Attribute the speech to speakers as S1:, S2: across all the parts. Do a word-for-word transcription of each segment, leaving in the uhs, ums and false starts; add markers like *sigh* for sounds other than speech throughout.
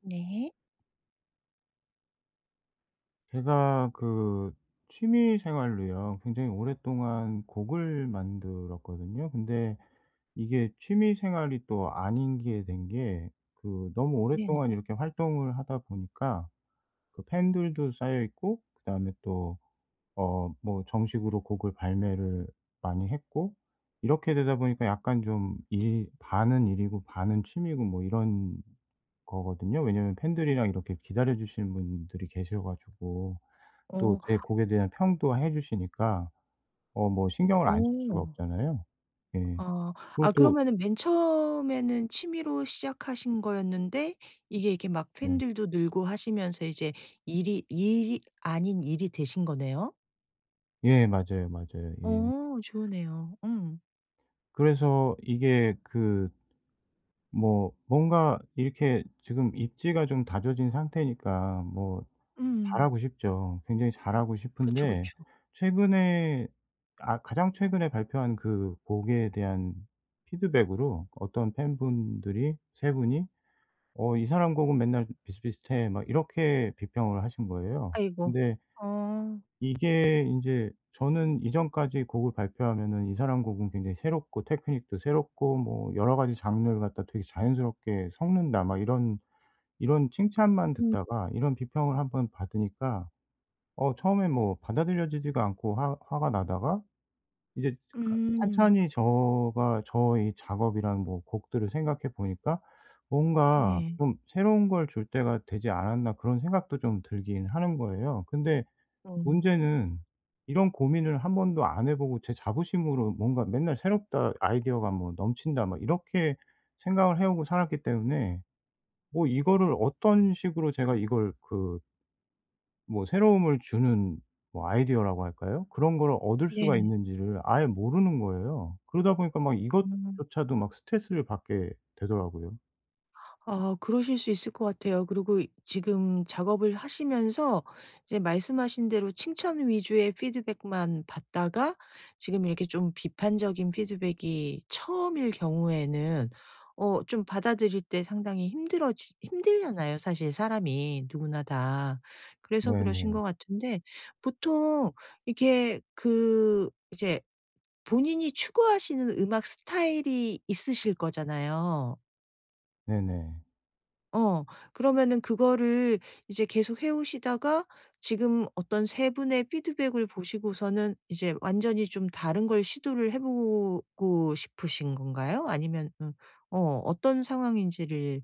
S1: 네.
S2: 제가 그 취미 생활로요. 굉장히 오랫동안 곡을 만들었거든요. 근데 이게 취미 생활이 또 아닌 게 된 게 그 너무
S1: 네네.
S2: 오랫동안 이렇게 활동을 하다 보니까 그 팬들도 쌓여 있고 그다음에 또 어 뭐 정식으로 곡을 발매를 많이 했고 이렇게 되다 보니까 약간 좀 일 반은 일이고 반은 취미고 뭐 이런 거거든요. 왜냐면 팬들이랑 이렇게 기다려 주시는 분들이 계셔 가지고. 또
S1: 어.
S2: 제 곡에 대한 평도 해 주시니까 어 뭐 신경을 안 쓸 수가
S1: 어.
S2: 없잖아요. 예.
S1: 아.
S2: 그리고
S1: 아,
S2: 또
S1: 그러면은 맨 처음에는 취미로 시작하신 거였는데 이게 이렇게 막
S2: 네.
S1: 팬들도 늘고 하시면서 이제 일이 일이 아닌 일이 되신 거네요?
S2: 예 맞아요, 맞아요. 예.
S1: 어, 좋으네요. 음.
S2: 그래서 이게 그 뭐 뭔가 이렇게 지금 입지가 좀 다져진 상태니까 뭐
S1: 음.
S2: 잘하고 싶죠. 굉장히 잘하고
S1: 그쵸,
S2: 싶은데
S1: 그쵸.
S2: 최근에, 아 가장 최근에 발표한 그 곡에 대한 피드백으로 어떤 팬분들이 세 분이 "어 이 사람 곡은 맨날 비슷비슷해." 막 이렇게 비평을 하신 거예요.
S1: 아이고.
S2: 근데
S1: 어.
S2: 이게 이제 저는 이전까지 곡을 발표하면은 이 사람 곡은 굉장히 새롭고 테크닉도 새롭고 뭐 여러 가지 장르를 갖다 되게 자연스럽게 섞는다 막 이런 이런 칭찬만
S1: 음.
S2: 듣다가 이런 비평을 한번 받으니까 어 처음에 뭐 받아들여지지가 않고 화 화가 나다가 이제 가
S1: 음.
S2: 찬찬히 저가 저의 작업이랑 뭐 곡들을 생각해 보니까 '뭔가
S1: 네.
S2: 좀 새로운 걸 줄 때가 되지 않았나.' 그런 생각도 좀 들긴 하는 거예요. 근데
S1: 어.
S2: 문제는 이런 고민을 한 번도 안 해 보고 제 자부심으로 뭔가 맨날 '새롭다. 아이디어가 뭐 넘친다.' 막 이렇게 생각을 해 오고 살았기 때문에 뭐 이거를 어떤 식으로 제가 이걸 그 뭐 새로움을 주는 뭐 아이디어라고 할까요? 그런 거를 얻을 수가
S1: 네네.
S2: 있는지를 아예 모르는 거예요. 그러다 보니까 막
S1: 어.
S2: 이것조차도 막 스트레스를 받게 되더라고요.
S1: 아, 그러실 수 있을 것 같아요. 그리고 이- 지금 작업을 하시면서 이제 말씀하신 대로 칭찬 위주의 피드백만 받다가 지금 이렇게 좀 비판적인 피드백이 처음일 경우에는 어 좀 받아들일 때 상당히 힘들어지 힘들잖아요 사실, 사람이 누구나 다. 그래서 그러신
S2: 네네.
S1: 것 같은데 보통 이게 그 이제 본인이 추구하시는 음악 스타일이 있으실 거잖아요.
S2: 네네.
S1: 어. 그러면은 그거를 이제 계속 해 오시다가 지금 어떤 세 분의 피드백을 보시고서는 이제 완전히 좀 다른 걸 시도를 해 보고 싶으신 건가요? 아니면 음 어 어떤 상황인지를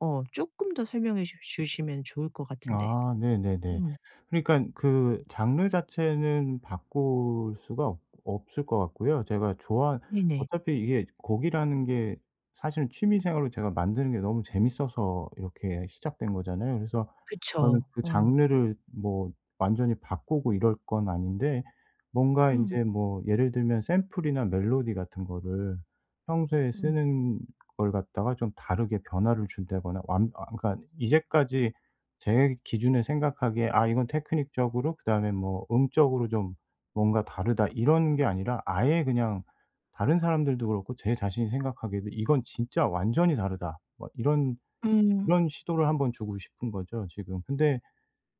S1: 어 조금 더 설명해 주 주시면 좋을 것 같은데.
S2: 아 네네네.
S1: 음.
S2: 그러니까 그 장르 자체는 바꿀 수가 없 없을 것 같고요. 제가 좋아
S1: 네네.
S2: 어차피 이게 곡이라는 게 사실은 취미 생활로 제가 만드는 게 너무 재밌어서 이렇게 시작된 거잖아요. 그래서 저는
S1: 그쵸.
S2: 그
S1: 어.
S2: 장르를 뭐 완전히 바꾸고 이럴 건 아닌데 뭔가 이
S1: 음.
S2: 제 뭐 예를 들면 샘플이나 멜로디 같은 거를 평소에
S1: 음.
S2: 쓰는 걸 갖다가 좀 다르게 변화를 준다거나, 완 아 그러니까 이제까지 제 기준에 생각하기에 '아 이건 테크닉적으로 그다음에 뭐 음적으로 좀 뭔가 다르다.' 이런 게 아니라 아예 그냥 다른 사람들도 그렇고 제 자신이 생각하기에도 '이건 진짜 완전히 다르다.' 뭐 이런
S1: 음.
S2: 이런 시도를 한번 주고 싶은 거죠 지금. 근데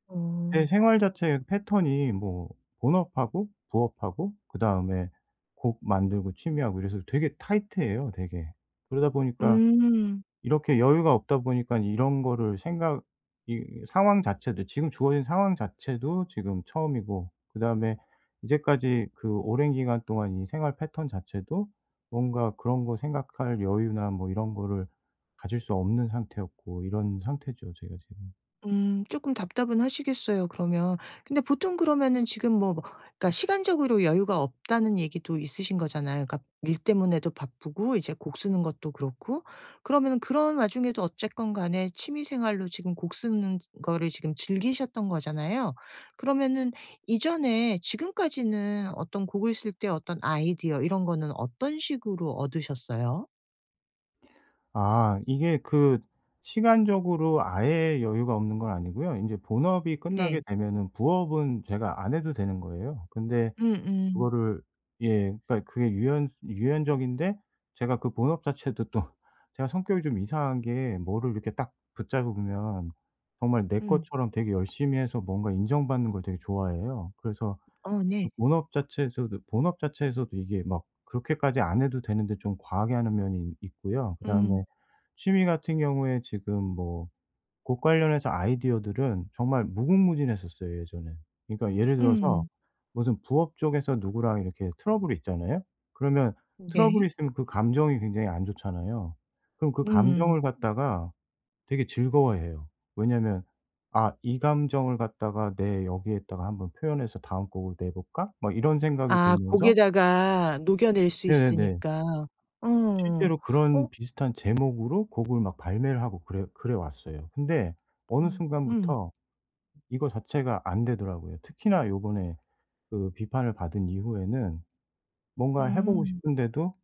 S1: 어.
S2: 제 생활 자체의 패턴이 뭐 본업하고 부업하고 그다음에 곡 만들고 취미하고 이래서 되게 타이트해요 되게. 그러다 보니까
S1: 음.
S2: 이렇게 여유가 없다 보니까, 이런 거를 생각 이 상황 자체도, 지금 주어진 상황 자체도 지금 처음이고 그다음에 이제까지 그 오랜 기간 동안 이 생활 패턴 자체도 뭔가 그런 거 생각할 여유나 뭐 이런 거를 가질 수 없는 상태였고, 이런 상태죠, 제가 지금.
S1: 음, 조금 답답은 하시겠어요 그러면. 근데 보통 그러면은 지금 뭐 뭐 그러니까 시간적으로 여유가 없다는 얘기도 있으신 거잖아요. 그러니까 일 때문에도 바쁘고 이제 곡 쓰는 것도 그렇고 그러면은 그런 와중에도 어쨌건 간에 취미 생활로 지금 곡 쓰는 거를 지금 즐기셨던 거잖아요. 그러면은 이전에 지금까지는 어떤 곡을 쓸 때 어떤 아이디어 이런 거는 어떤 식으로 얻으셨어요?
S2: 아 이게 그 시간적으로 아예 여유가 없는 건 아니고요. 인제 본업이 끝나게
S1: 네.
S2: 되면은 부업은 제가 안 해도 되는 거예요. 근데
S1: 음음. 음.
S2: 그거를 예, 그러니까 그게 유연 유연적인데 제가 그 본업 자체도 또 *laughs* 제가 성격이 좀 이상한 게 뭐를 이렇게 딱 붙잡으면 정말 내
S1: 음.
S2: 것처럼 되게 열심히 해서 뭔가 인정받는 걸 되게 좋아해요. 그래서
S1: 어
S2: 그
S1: 네.
S2: 본업 자체에서도 본업 자체에서도 이게 막 그렇게까지 안 해도 되는데 좀 과하게 하는 면이 있고요.
S1: 음.
S2: 그다음에 취미 같은 경우에 지금 뭐 곡 관련해서 아이디어들은 정말 무궁무진했었어요 예전엔. 그러니까 예를 들어서
S1: 음.
S2: 무슨 부업 쪽에서 누구랑 이렇게 트러블이 있잖아요. 그러면
S1: 네.
S2: 트러블이 있으면 그 감정이 굉장히 안 좋잖아요. 그럼 그
S1: 음.
S2: 감정을 갖다가 되게 즐거워해요. 왜냐면 '아 이 감정을 갖다가 내 여기에다가 한번 표현해서 다음 곡을 내볼까?' 막 이런 생각이
S1: 아,
S2: 들면서.
S1: 고기에다가 녹여낼 수
S2: 네네네.
S1: 있으니까. 어.
S2: 실제로 그런
S1: 어
S2: 비슷한 제목으로 곡을 막 발매를 하고 그래 그래 왔어요. 근데 어느
S1: 음. 음.
S2: 순간부터 이거 자체가 안 되더라고요. 특히나 요번에 그 비판을 받은 이후에는 뭔가 해 보고
S1: 음.
S2: 싶은데도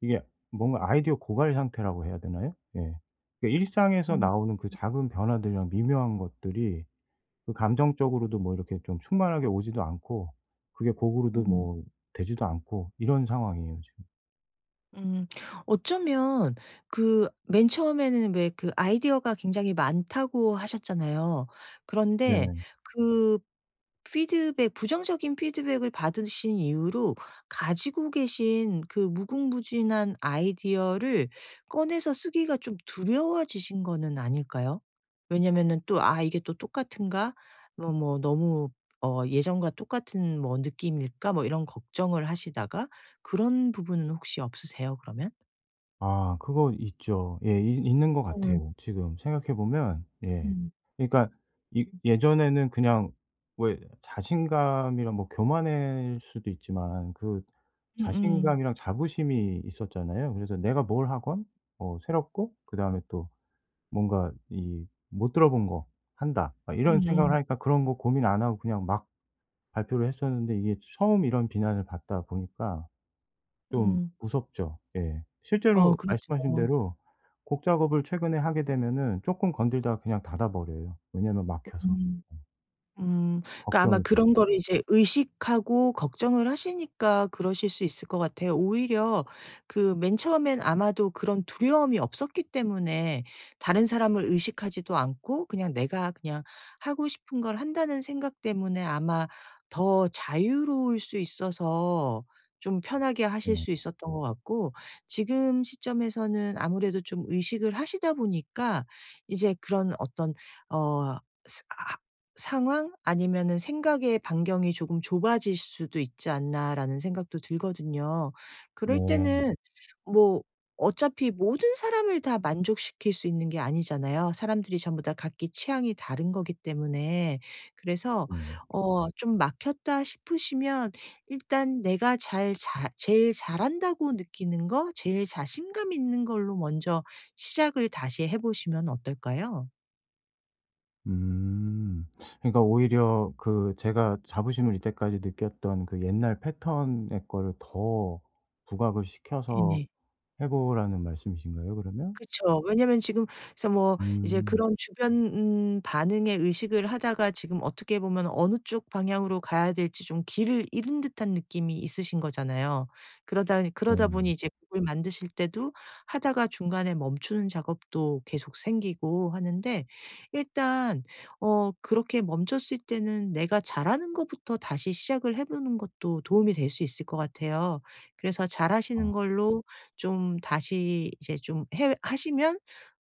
S2: 이게 뭔가 아이디어 고갈 상태라고 해야 되나요? 예. 그 일상에서
S1: 음.
S2: 나오는 그 작은 변화들이랑 미묘한 것들이 그 감정적으로도 뭐 이렇게 좀 충만하게 오지도 않고 그게 곡으로도
S1: 음.
S2: 뭐 되지도 않고, 이런 상황이에요 지금.
S1: 음. 어쩌면 그 맨 처음에는 왜 그 아이디어가 굉장히 많다고 하셨잖아요. 그런데
S2: 네네.
S1: 그 피드백, 부정적인 피드백을 받으신 이후로 가지고 계신 그 무궁무진한 아이디어를 꺼내서 쓰기가 좀 두려워지신 거는 아닐까요? 왜냐면은 또 '아, 이게 또 똑같은가? 뭐 뭐 너무 어 예전과 똑같은 뭐 느낌일까?' 뭐 이런 걱정을 하시다가 그런 부분은 혹시 없으세요 그러면?
S2: 아 그거 있죠. 예. 있 있는 것
S1: 어.
S2: 같아요 지금 생각해 보면. 예.
S1: 음.
S2: 그러니까 이 예전에는 그냥 왜 자신감이랑, 뭐 교만일 수도 있지만, 그
S1: 음음.
S2: 자신감이랑 자부심이 있었잖아요. 그래서 내가 뭘 하건 어 새롭고 그다음에 또 뭔가 이 '못 들어본 거 한다.' 막 이런 생각을
S1: 음음.
S2: 하니까 그런 거 고민 안 하고 그냥 막 발표를 했었는데, 이게 처음 이런 비난을 받다 보니까 좀
S1: 음.
S2: 무섭죠. 예.
S1: 어,
S2: 실제로 말씀하신
S1: 그렇죠.
S2: 대로 곡 작업을 최근에 하게 되면은 쪼끔 건들다가 그냥 닫아 버려요. 왜냐면 막혀서.
S1: 음.
S2: 예.
S1: 음. 그러니까 아마
S2: 걱정이 되고.
S1: 그런 거를 이제 의식하고 걱정을 하시니까 그러실 수 있을 것 같아요. 오히려 그 맨 처음엔 아마도 그런 두려움이 없었기 때문에 다른 사람을 의식하지도 않고 그냥 내가 그냥 하고 싶은 걸 한다는 생각 때문에 아마 더 자유로울 수 있어서 좀 편하게 하실
S2: 예.
S1: 수 있었던 것 같고, 지금 시점에서는 아무래도 좀 의식을 하시다 보니까 이제 그런 어떤 어 아 상황 아니면은 생각의 반경이 조금 좁아질 수도 있지 않나라는 생각도 들거든요. 그럴
S2: 네.
S1: 때는 뭐 어차피 모든 사람을 다 만족시킬 수 있는 게 아니잖아요. 사람들이 전부 다 각기 취향이 다른 거기 때문에. 그래서
S2: 네.
S1: 어 좀 막혔다 싶으시면 일단 내가 잘 자 제일 잘한다고 느끼는 거, 제일 자신감 있는 걸로 먼저 시작을 다시 해 보시면 어떨까요?
S2: 음. 그러니까 오히려 그 제가 자부심을 이때까지 느꼈던 그 옛날 패턴의 거를 더 부각을 시켜서
S1: 네네.
S2: 해 보라는 말씀이신가요, 그러면?
S1: 그쵸. 왜냐면 지금 그래서 뭐 이제
S2: 음.
S1: 그런 주변 음 반응에 의식을 하다가 지금 어떻게 보면 어느 쪽 방향으로 가야 될지 좀 길을 잃은 듯한 느낌이 있으신 거잖아요. 그러다 그러다 보니
S2: 네.
S1: 이제 곡을 만드실 때도 하다가 중간에 멈추는 작업도 계속 생기고 하는데 일단 어 그렇게 멈췄을 때는 내가 잘하는 것부터 다시 시작을 해 보는 것도 도움이 될 수 있을 것 같아요. 그래서
S2: 아.
S1: 잘하시는 걸로 좀 다시 이제 좀 해 하시면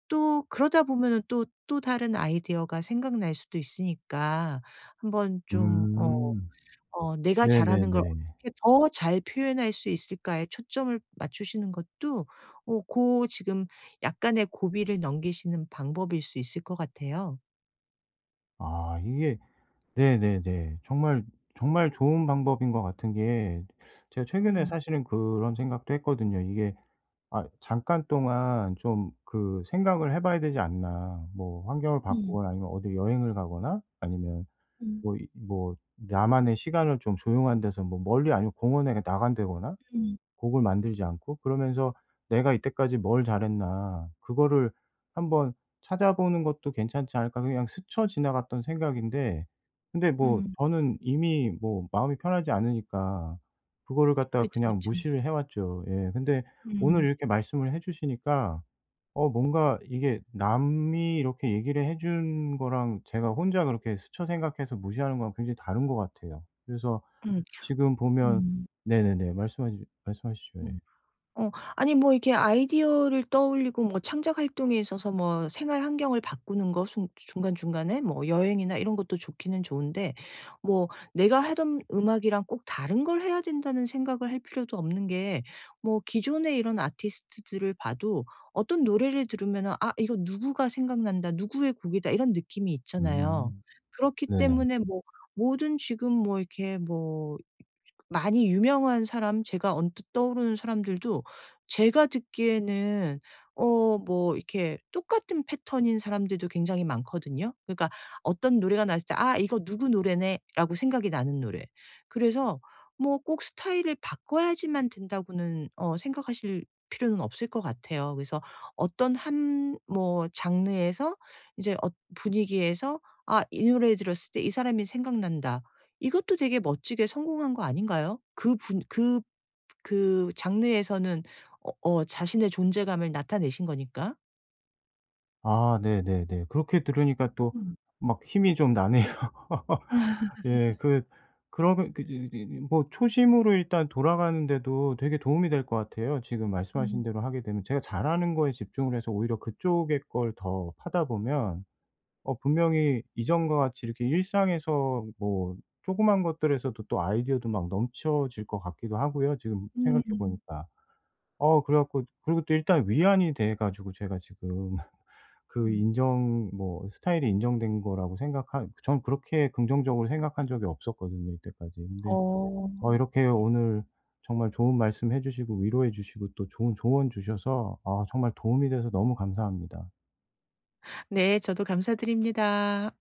S1: 또 그러다 보면은 또, 또 다른 아이디어가 생각날 수도 있으니까 한번 좀 어
S2: 음.
S1: 어 '내가 잘하는 걸
S2: 네네네.
S1: 어떻게 더 잘 표현할 수 있을까.'에 초점을 맞추시는 것도 어 고 지금 약간의 고비를 넘기시는 방법일 수 있을 것 같아요.
S2: 아 이게 네네네. 정말, 정말 좋은 방법인 것 같은 게, 제가 최근에
S1: 음.
S2: 사실은 그런 생각도 했거든요. 이게 '아 잠깐 동안 좀 그 생각을 해 봐야 되지 않나.' 뭐 환경을
S1: 음.
S2: 바꾸거나 아니면 어디 여행을 가거나 아니면
S1: 음.
S2: 뭐 이 뭐 나만의 시간을 좀 조용한 데서, 뭐 멀리 아니고 공원에 나간다거나,
S1: 음.
S2: 곡을 만들지 않고 그러면서 '내가 이때까지 뭘 잘했나.' 그거를 한번 찾아보는 것도 괜찮지 않을까, 그냥 스쳐 지나갔던 생각인데 근데 뭐
S1: 음.
S2: 저는 이미 뭐 마음이 편하지 않으니까 그거를 갖다가
S1: 그쵸,
S2: 그냥
S1: 그쵸.
S2: 무시를 해 왔죠. 예. 근데 오늘
S1: 음.
S2: 이렇게 말씀을 해 주시니까 어 뭔가 이게 남이 이렇게 얘기를 해준 거랑 제가 혼자 그렇게 스쳐 생각해서 무시하는 거랑 굉장히 다른 것 같아요. 그래서
S1: 음.
S2: 지금 보면
S1: 음.
S2: 네네네. 말씀하시 말씀하시죠. 예.
S1: 음. 어. 아니 뭐 이렇게 아이디어를 떠올리고 뭐 창작 활동에 있어서 뭐 생활 환경을 바꾸는 거 순 중간중간에 뭐 여행이나 이런 것도 좋기는 좋은데, 뭐 내가 하던 음악이랑 꼭 다른 걸 해야 된다는 생각을 할 필요도 없는 게 뭐 기존의 이런 아티스트들을 봐도 어떤 노래를 들으면 '아, 이거 누구가 생각난다. 누구의 곡이다.' 이런 느낌이 있잖아요.
S2: 음.
S1: 그렇기
S2: 네네.
S1: 때문에 뭐 모든 지금 뭐 이렇게 뭐 많이 유명한 사람, 제가 언뜻 떠오르는 사람들도 제가 듣기에는 어 뭐 이렇게 똑같은 패턴인 사람들도 굉장히 많거든요. 그러니까 어떤 노래가 나왔을 때 '아, 이거 누구 노래네.'라고 생각이 나는 노래. 그래서 뭐 꼭 스타일을 바꿔야지만 된다고는 어 생각하실 필요는 없을 것 같아요. 그래서 어떤 한 뭐 장르에서 이제 어 분위기에서 '아, 이 노래 들었을 때 이 사람이 생각난다.' 이것도 되게 멋지게 성공한 거 아닌가요? 그 분 그 그 장르에서는 어 어 자신의 존재감을 나타내신 거니까.
S2: 아 네네네. 그렇게 들으니까 또
S1: 음.
S2: 막 힘이 좀 나네요.
S1: *laughs*
S2: *laughs* 예. 그 그러면 그이이 뭐 초심으로 일단 돌아가는데도 되게 도움이 될 것 같아요. 지금 말씀하신
S1: 음.
S2: 대로 하게 되면 제가 잘하는 거에 집중을 해서 오히려 그쪽의 걸 더 파다 보면 어 분명히 이전과 같이 이렇게 일상에서 뭐 조그만 것들에서도 또 아이디어도 막 넘쳐질 것 같기도 하고요, 지금 생각해
S1: 음.
S2: 보니까. 어 그래 갖고 그리고 또 일단 위안이 돼 가지고 제가 지금 *laughs* 그
S1: 음.
S2: 인정 뭐 스타일이 인정된 거라고 생각한, 전 그렇게 긍정적으로 생각한 적이 없었거든요 이때까지. 근데
S1: 어.
S2: 어 이렇게 오늘 정말 좋은 말씀해 주시고 위로해 주시고 또 좋은 조언 주셔서 아 정말 도움이 돼서 너무 감사합니다.
S1: 네. 저도 감사드립니다.